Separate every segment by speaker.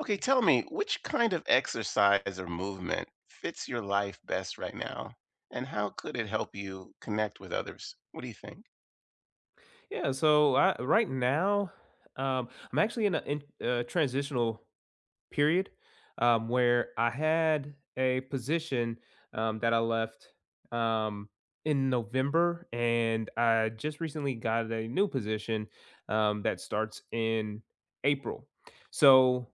Speaker 1: Okay, tell me, which kind of exercise or movement fits your life best right now? And how could it help you connect with others? What do you think?
Speaker 2: Yeah, so I right now, I'm actually in a transitional period, where I had a position that I left um, in November, and I just recently got a new position that starts in April. So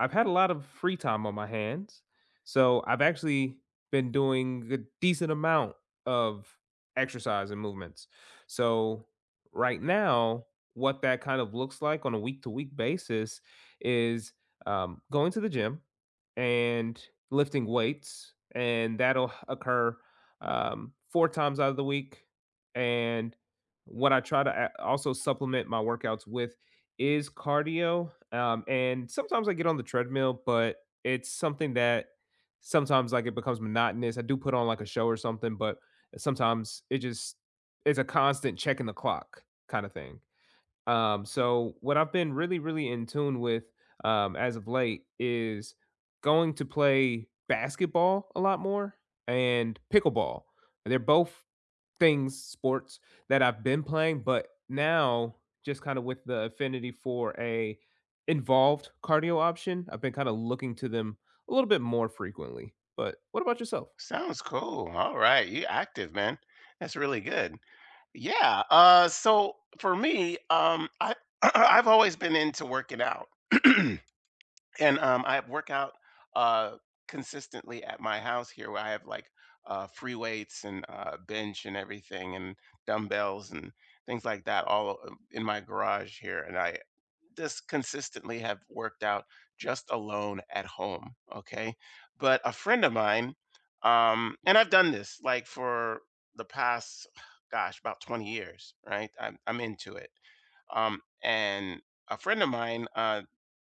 Speaker 2: I've had a lot of free time on my hands. So I've actually been doing a decent amount of exercise and movements. So right now, what that kind of looks like on a week to week basis is going to the gym and lifting weights, and that'll occur 4 times out of the week. And what I try to also supplement my workouts with is cardio. And sometimes I get on the treadmill, but it's something that sometimes like it becomes monotonous. I do put on like a show or something, but sometimes it's a constant checking the clock kind of thing. So what I've been really, really in tune with as of late is going to play basketball a lot more and pickleball. They're both things, sports that I've been playing, but now just kind of with the affinity for a involved cardio option, I've been kind of looking to them a little bit more frequently. But what about yourself?
Speaker 1: Sounds cool. All right. You active, man. That's really good. Yeah. So for me, I I've always been into working out. And, I work out, uh, consistently at my house here where I have, like, free weights and, bench and everything and dumbbells and things like that all o in my garage here, and I just consistently have worked out just alone at home, okay? But a friend of mine, and I've done this, like, for the past, gosh, about 20 years, right? I'm into it. And a friend of mine,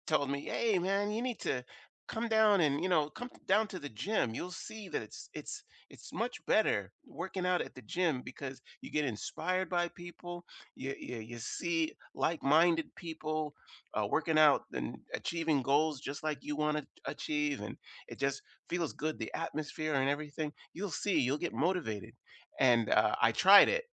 Speaker 1: told me, "Hey, man, you need to come down and come down to the gym. You'll see that it's much better working out at the gym because you get inspired by people. You see like-minded people working out and achieving goals just like you want to achieve, and it just feels good. The atmosphere and everything. You'll see. You'll get motivated." And I tried it.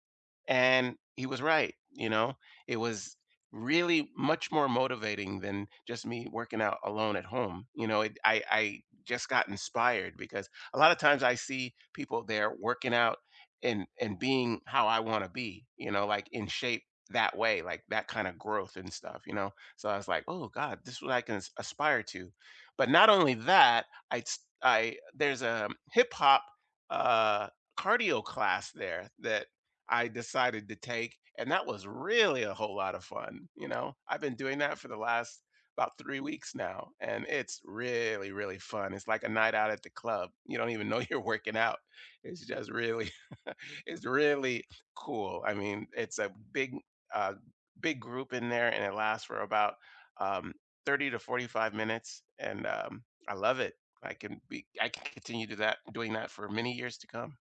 Speaker 1: And he was right, you know? It was really much more motivating than just me working out alone at home. You know, it, I just got inspired because a lot of times I see people there working out and being how I want to be, you know, like in shape that way, like that kind of growth and stuff, you know. So I was like, "Oh God, this is what I can aspire to." But not only that, I there's a hip hop uh cardio class there that I decided to take, and that was really a whole lot of fun, you know? I've been doing that for the last about 3 weeks now, and it's really, really fun. It's like a night out at the club. You don't even know you're working out. It's just really it's really cool. I mean, it's a uh, big group in there, and it lasts for about, um, 30 to 45 minutes, and, I love it. I can continue to that doing that for many years to come.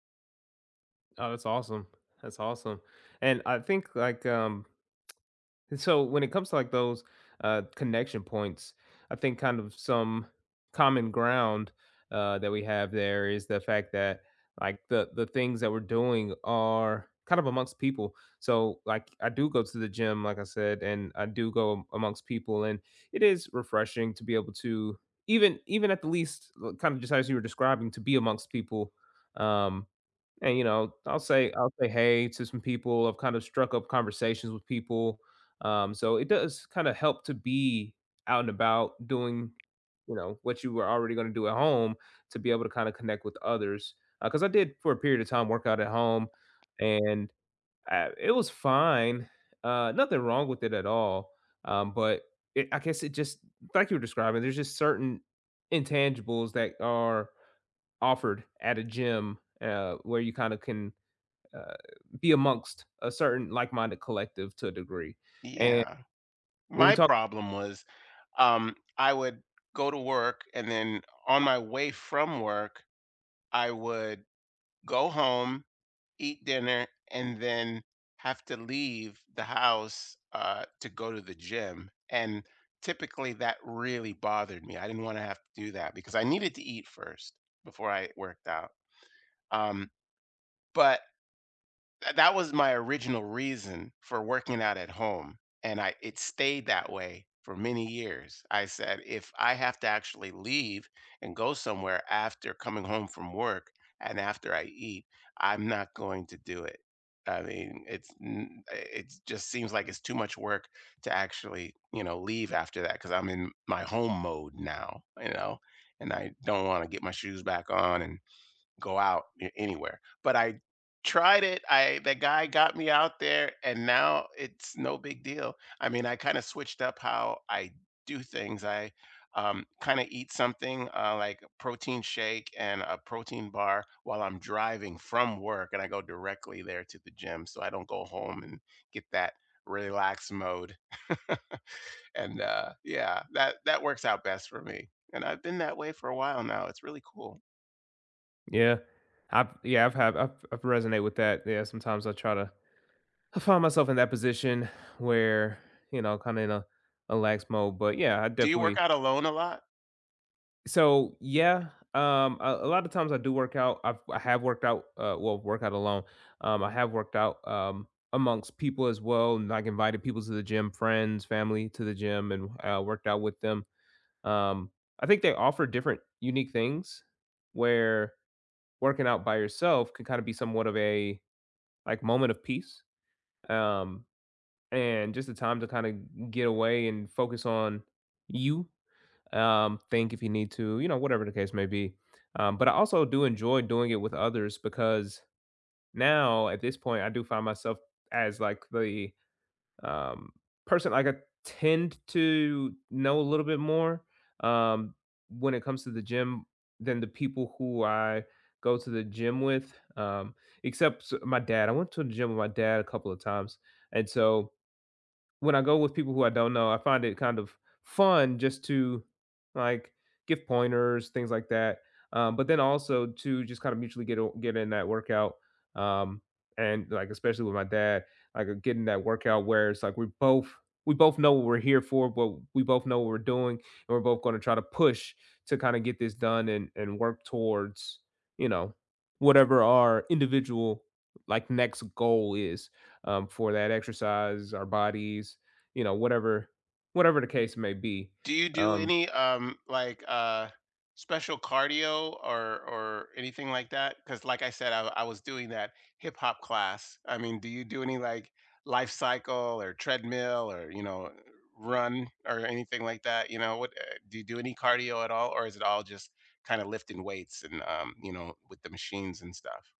Speaker 2: Oh, that's awesome. That's awesome. And I think like and so when it comes to like those connection points, I think kind of some common ground that we have there is the fact that like the things that we're doing are kind of amongst people. So like I do go to the gym, like I said, and I do go amongst people, and it is refreshing to be able to even at the least like, kind of just as you were describing to be amongst people. Um, and you know, I'll say hey to some people. I've kind of struck up conversations with people. So it does kind of help to be out and about doing, you know, what you were already going to do at home to be able to kind of connect with others. Because I did for a period of time work out at home, and it was fine. Nothing wrong with it at all. But I guess it just like you were describing, there's just certain intangibles that are offered at a gym where you kind of can uh, be amongst a certain like-minded collective to a degree. And
Speaker 1: Yeah.
Speaker 2: when we
Speaker 1: My
Speaker 2: talk.
Speaker 1: problem was, I would go to work, and then on my way from work, I would go home, eat dinner, and then have to leave the house, to go to the gym, and typically, that really bothered me. I didn't wanna have to do that because I needed to eat first before I worked out, um, but Th that was my original reason for working out at home, and I it stayed that way for many years. I said, "If I have to actually leave and go somewhere after coming home from work and after I eat, I'm not going to do it." I mean, it just seems like it's too much work to actually, you know, leave after that because 'cause I'm in my home mode now, you know, and I don't wanna get my shoes back on and go out anywhere. But I tried it. I the guy got me out there, and now it's no big deal. I mean, I kind of switched up how I do things. I kind of eat something like a protein shake and a protein bar while I'm driving from work, and I go directly there to the gym, so I don't go home and get that relaxed mode. And yeah, that works out best for me. And I've been that way for a while now. It's really cool.
Speaker 2: Yeah. I've Yeah, I've have I've resonate with that. Yeah, sometimes I try to I find myself in that position where, you know, kinda in a lax mode. But yeah, I
Speaker 1: Do you work
Speaker 2: definitely.
Speaker 1: out alone a lot?
Speaker 2: So yeah, a lot of times I do work out. I have worked out, well, work out alone. I have worked out amongst people as well and like invited people to the gym, friends, family to the gym and, worked out with them. Um, I think they offer different unique things where working out by yourself can kind of be somewhat of a like moment of peace. Um, and just a time to kind of get away and focus on you. Think if you need to, you know, whatever the case may be. But I also do enjoy doing it with others because now at this point I do find myself as like the um, person like I tend to know a little bit more um, when it comes to the gym than the people who I go to the gym with. Except my dad, I went to the gym with my dad a couple of times, and so when I go with people who I don't know, I find it kind of fun just to like give pointers, things like that. But then also to just kind of mutually get in that workout, um, and like especially with my dad, like, getting that workout where it's like we both know what we're here for, but we both know what we're doing, and we're both going to try to push to kind of get this done and work towards, you know, whatever our individual like next goal is, for that exercise, our bodies, you know, whatever the case may be.
Speaker 1: Do you do
Speaker 2: Um,
Speaker 1: any like special cardio or anything like that? Because like I said, I was doing that hip hop class. I mean, do you do any like life cycle or treadmill or run or anything like that? You know, what do you do any cardio at all, or is it all just kind of lifting weights and with the machines and stuff?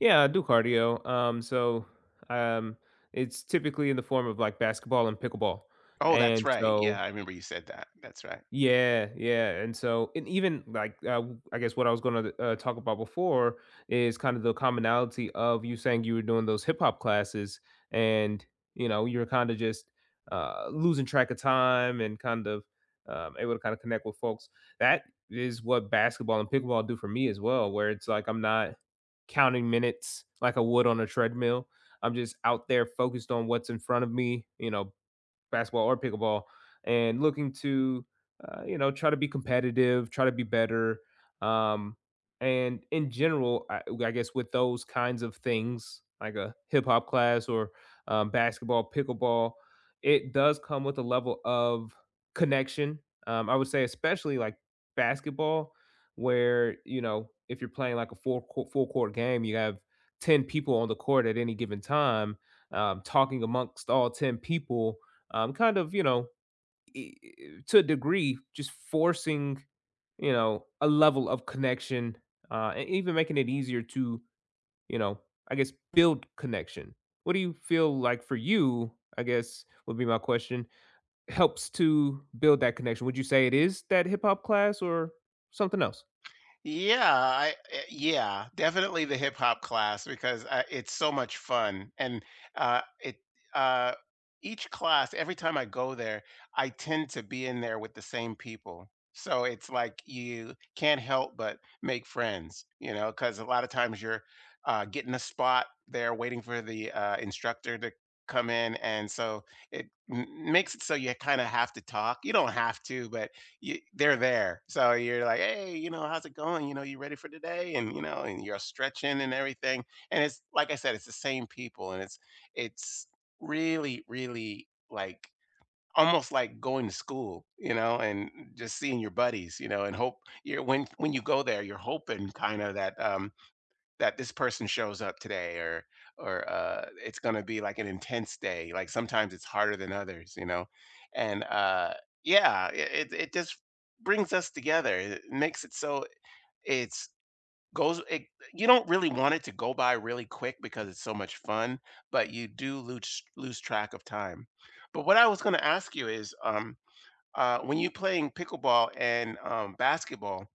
Speaker 2: yeah, I do cardio. So um, it's typically in the form of like basketball and pickleball.
Speaker 1: Oh, that's
Speaker 2: And
Speaker 1: right.
Speaker 2: so
Speaker 1: Yeah, I remember you said that. That's right.
Speaker 2: yeah, yeah, and so and even like, I guess what I was gonna, talk about before is kind of the commonality of you saying you were doing those hip hop classes, and you know you're kind of just losing track of time and kind of able to kind of connect with folks. That is what basketball and pickleball do for me as well, where it's like I'm not counting minutes like I would on a treadmill. I'm just out there focused on what's in front of me, you know, basketball or pickleball, and looking to, you know, try to be competitive, try to be better. Um, and in general, I guess with those kinds of things, like a hip hop class or, basketball, pickleball, it does come with a level of connection. I would say, especially like basketball, where you know if you're playing like a full court game, you have 10 people on the court at any given time, talking amongst all 10 people, kind of, you know, to a degree, just forcing, you know, a level of connection, and even making it easier to, you know, I guess, build connection. What do you feel like for you? I guess would be my question. Helps to build that connection. Would you say it is that hip hop class or something else?
Speaker 1: Yeah, yeah, definitely the hip hop class because it's so much fun, and it uh each class every time I go there, I tend to be in there with the same people. So it's like you can't help but make friends, you know, because a lot of times you're getting a spot there waiting for the instructor to come in, and so it makes it so you kind of have to talk. You don't have to, but they're there. So you're like, "Hey, you know, how's it going? You know, you ready for today?" And and you're stretching and everything. And it's like I said, it's the same people, and it's really, really, like almost like going to school, you know, and just seeing your buddies, you know, and hope you're when you go there, you're hoping kind of that this person shows up today, or it's going to be like an intense day, like sometimes it's harder than others, you know. And yeah, it just brings us together. It makes it so it's goes it, you don't really want it to go by really quick because it's so much fun, but you do lose track of time. But what I was going to ask you is when you playing pickleball and basketball,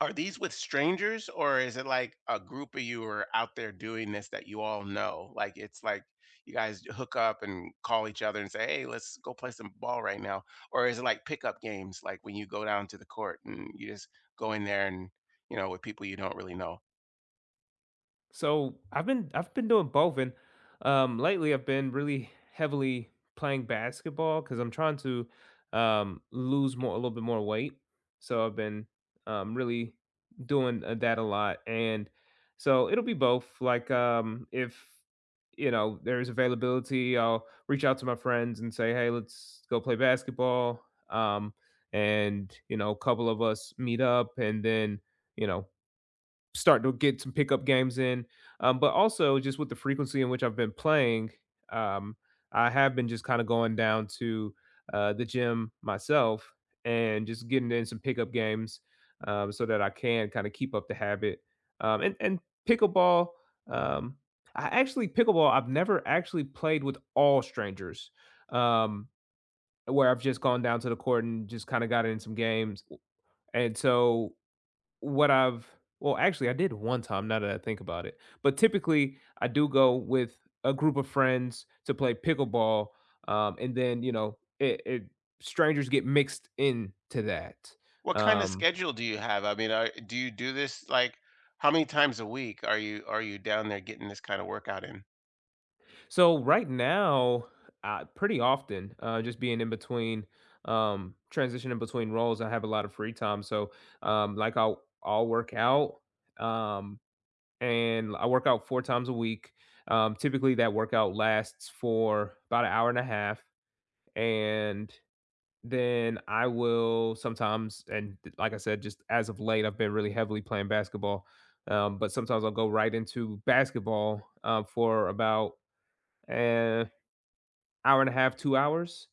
Speaker 1: are these with strangers, or is it like a group of you are out there doing this that you all know? Like it's like you guys hook up and call each other and say, "Hey, let's go play some ball right now," or is it like pickup games, like when you go down to the court and you just go in there and with people you don't really know?
Speaker 2: So I've been doing both, and, lately I've been really heavily playing basketball because I'm trying to, lose more a little bit more weight. So I've been, really doing, that a lot, and so it'll be both. Like, if you know there's availability, I'll reach out to my friends and say, "Hey, let's go play basketball." Um, and you know, a couple of us meet up, and then you know starting to get some pickup games in. But also just with the frequency in which I've been playing, um, I have been just kind of going down to, the gym myself and just getting in some pickup games, so that I can kind of keep up the habit. And pickleball, um, I actually pickleball I've never actually played with all strangers. Um, where I've just gone down to the court and just kind of got in some games. And so what I've well, actually, I did one time now that I think about it, but typically I do go with a group of friends to play pickleball, and then, you know, it strangers get mixed into that.
Speaker 1: What kind of
Speaker 2: Um,
Speaker 1: schedule do you have? I mean, do you do this like how many times a week are you down there getting this kind of workout in?
Speaker 2: so right now, I pretty often, just being in between, transitioning between roles, I have a lot of free time. So, like I'll work out. Um, and I work out 4 times a week. Typically, that workout lasts for about an hour and a half, and then I will sometimes like I said, just as of late, I've been really heavily playing basketball, but sometimes I'll go right into basketball, for about, eh hour and a half, 2 hours.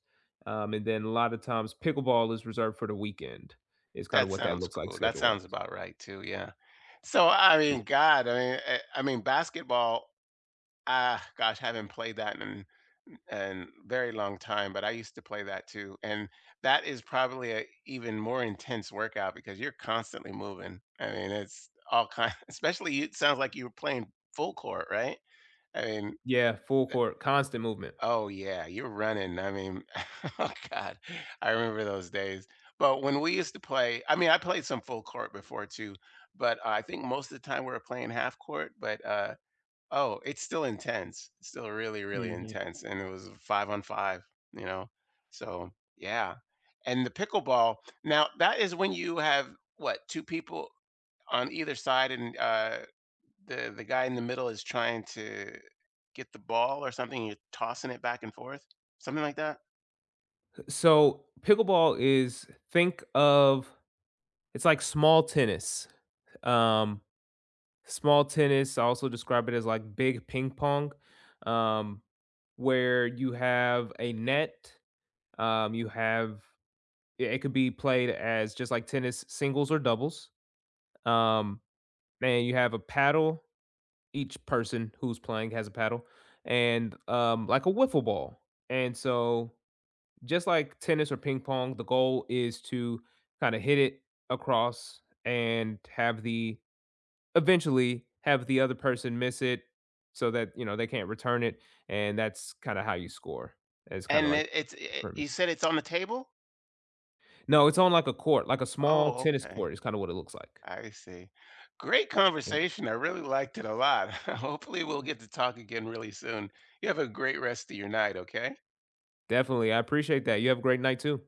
Speaker 2: And then a lot of times pickleball is reserved for the weekend is kind of
Speaker 1: That
Speaker 2: what that
Speaker 1: sounds
Speaker 2: looks like
Speaker 1: cool. That
Speaker 2: schedule
Speaker 1: sounds
Speaker 2: wise.
Speaker 1: about right too, yeah. So, I
Speaker 2: Yeah.
Speaker 1: mean, God, basketball, ah, gosh, I haven't played that in very long time, but I used to play that too, and that is probably a even more intense workout because you're constantly moving. I mean, it's all kind especially you it sounds like you were playing full court, right? I mean.
Speaker 2: Yeah, full court, constant movement.
Speaker 1: Oh, yeah, you're running. I mean, oh God, I remember those days. But when we used to play, I mean, I played some full court before too, but I think most of the time we were playing half court. But oh, it's still intense. It's still really, really
Speaker 2: Mhm.
Speaker 1: intense. And it was five on five, you know? So yeah. And the pickleball, now that is when you have what, two people on either side, and the guy in the middle is trying to get the ball or something, you're tossing it back and forth, something like that?
Speaker 2: So pickleball is think of, it's like small tennis. Um, Small tennis, I also describe it as like big ping pong, um, where you have a net. You have it it could be played as just like tennis, singles or doubles. Um, and you have a paddle. Each person who's playing has a paddle, and, like a wiffle ball. And so, just like tennis or ping pong, the goal is to kind of hit it across and have the eventually have the other person miss it so that you know they can't return it, and that's kind of how you score. It's kind of
Speaker 1: And
Speaker 2: like the premise.
Speaker 1: you said it's on the table?
Speaker 2: No, it's on like a court, like a small
Speaker 1: Oh,
Speaker 2: tennis
Speaker 1: okay.
Speaker 2: court. It's kinda what it looks like.
Speaker 1: I see. Great
Speaker 2: Yeah,
Speaker 1: conversation. I really liked it a lot. Hopefully, we'll get to talk again really soon. You have a great rest of your night, okay?
Speaker 2: definitely, I appreciate that. You have a great night too.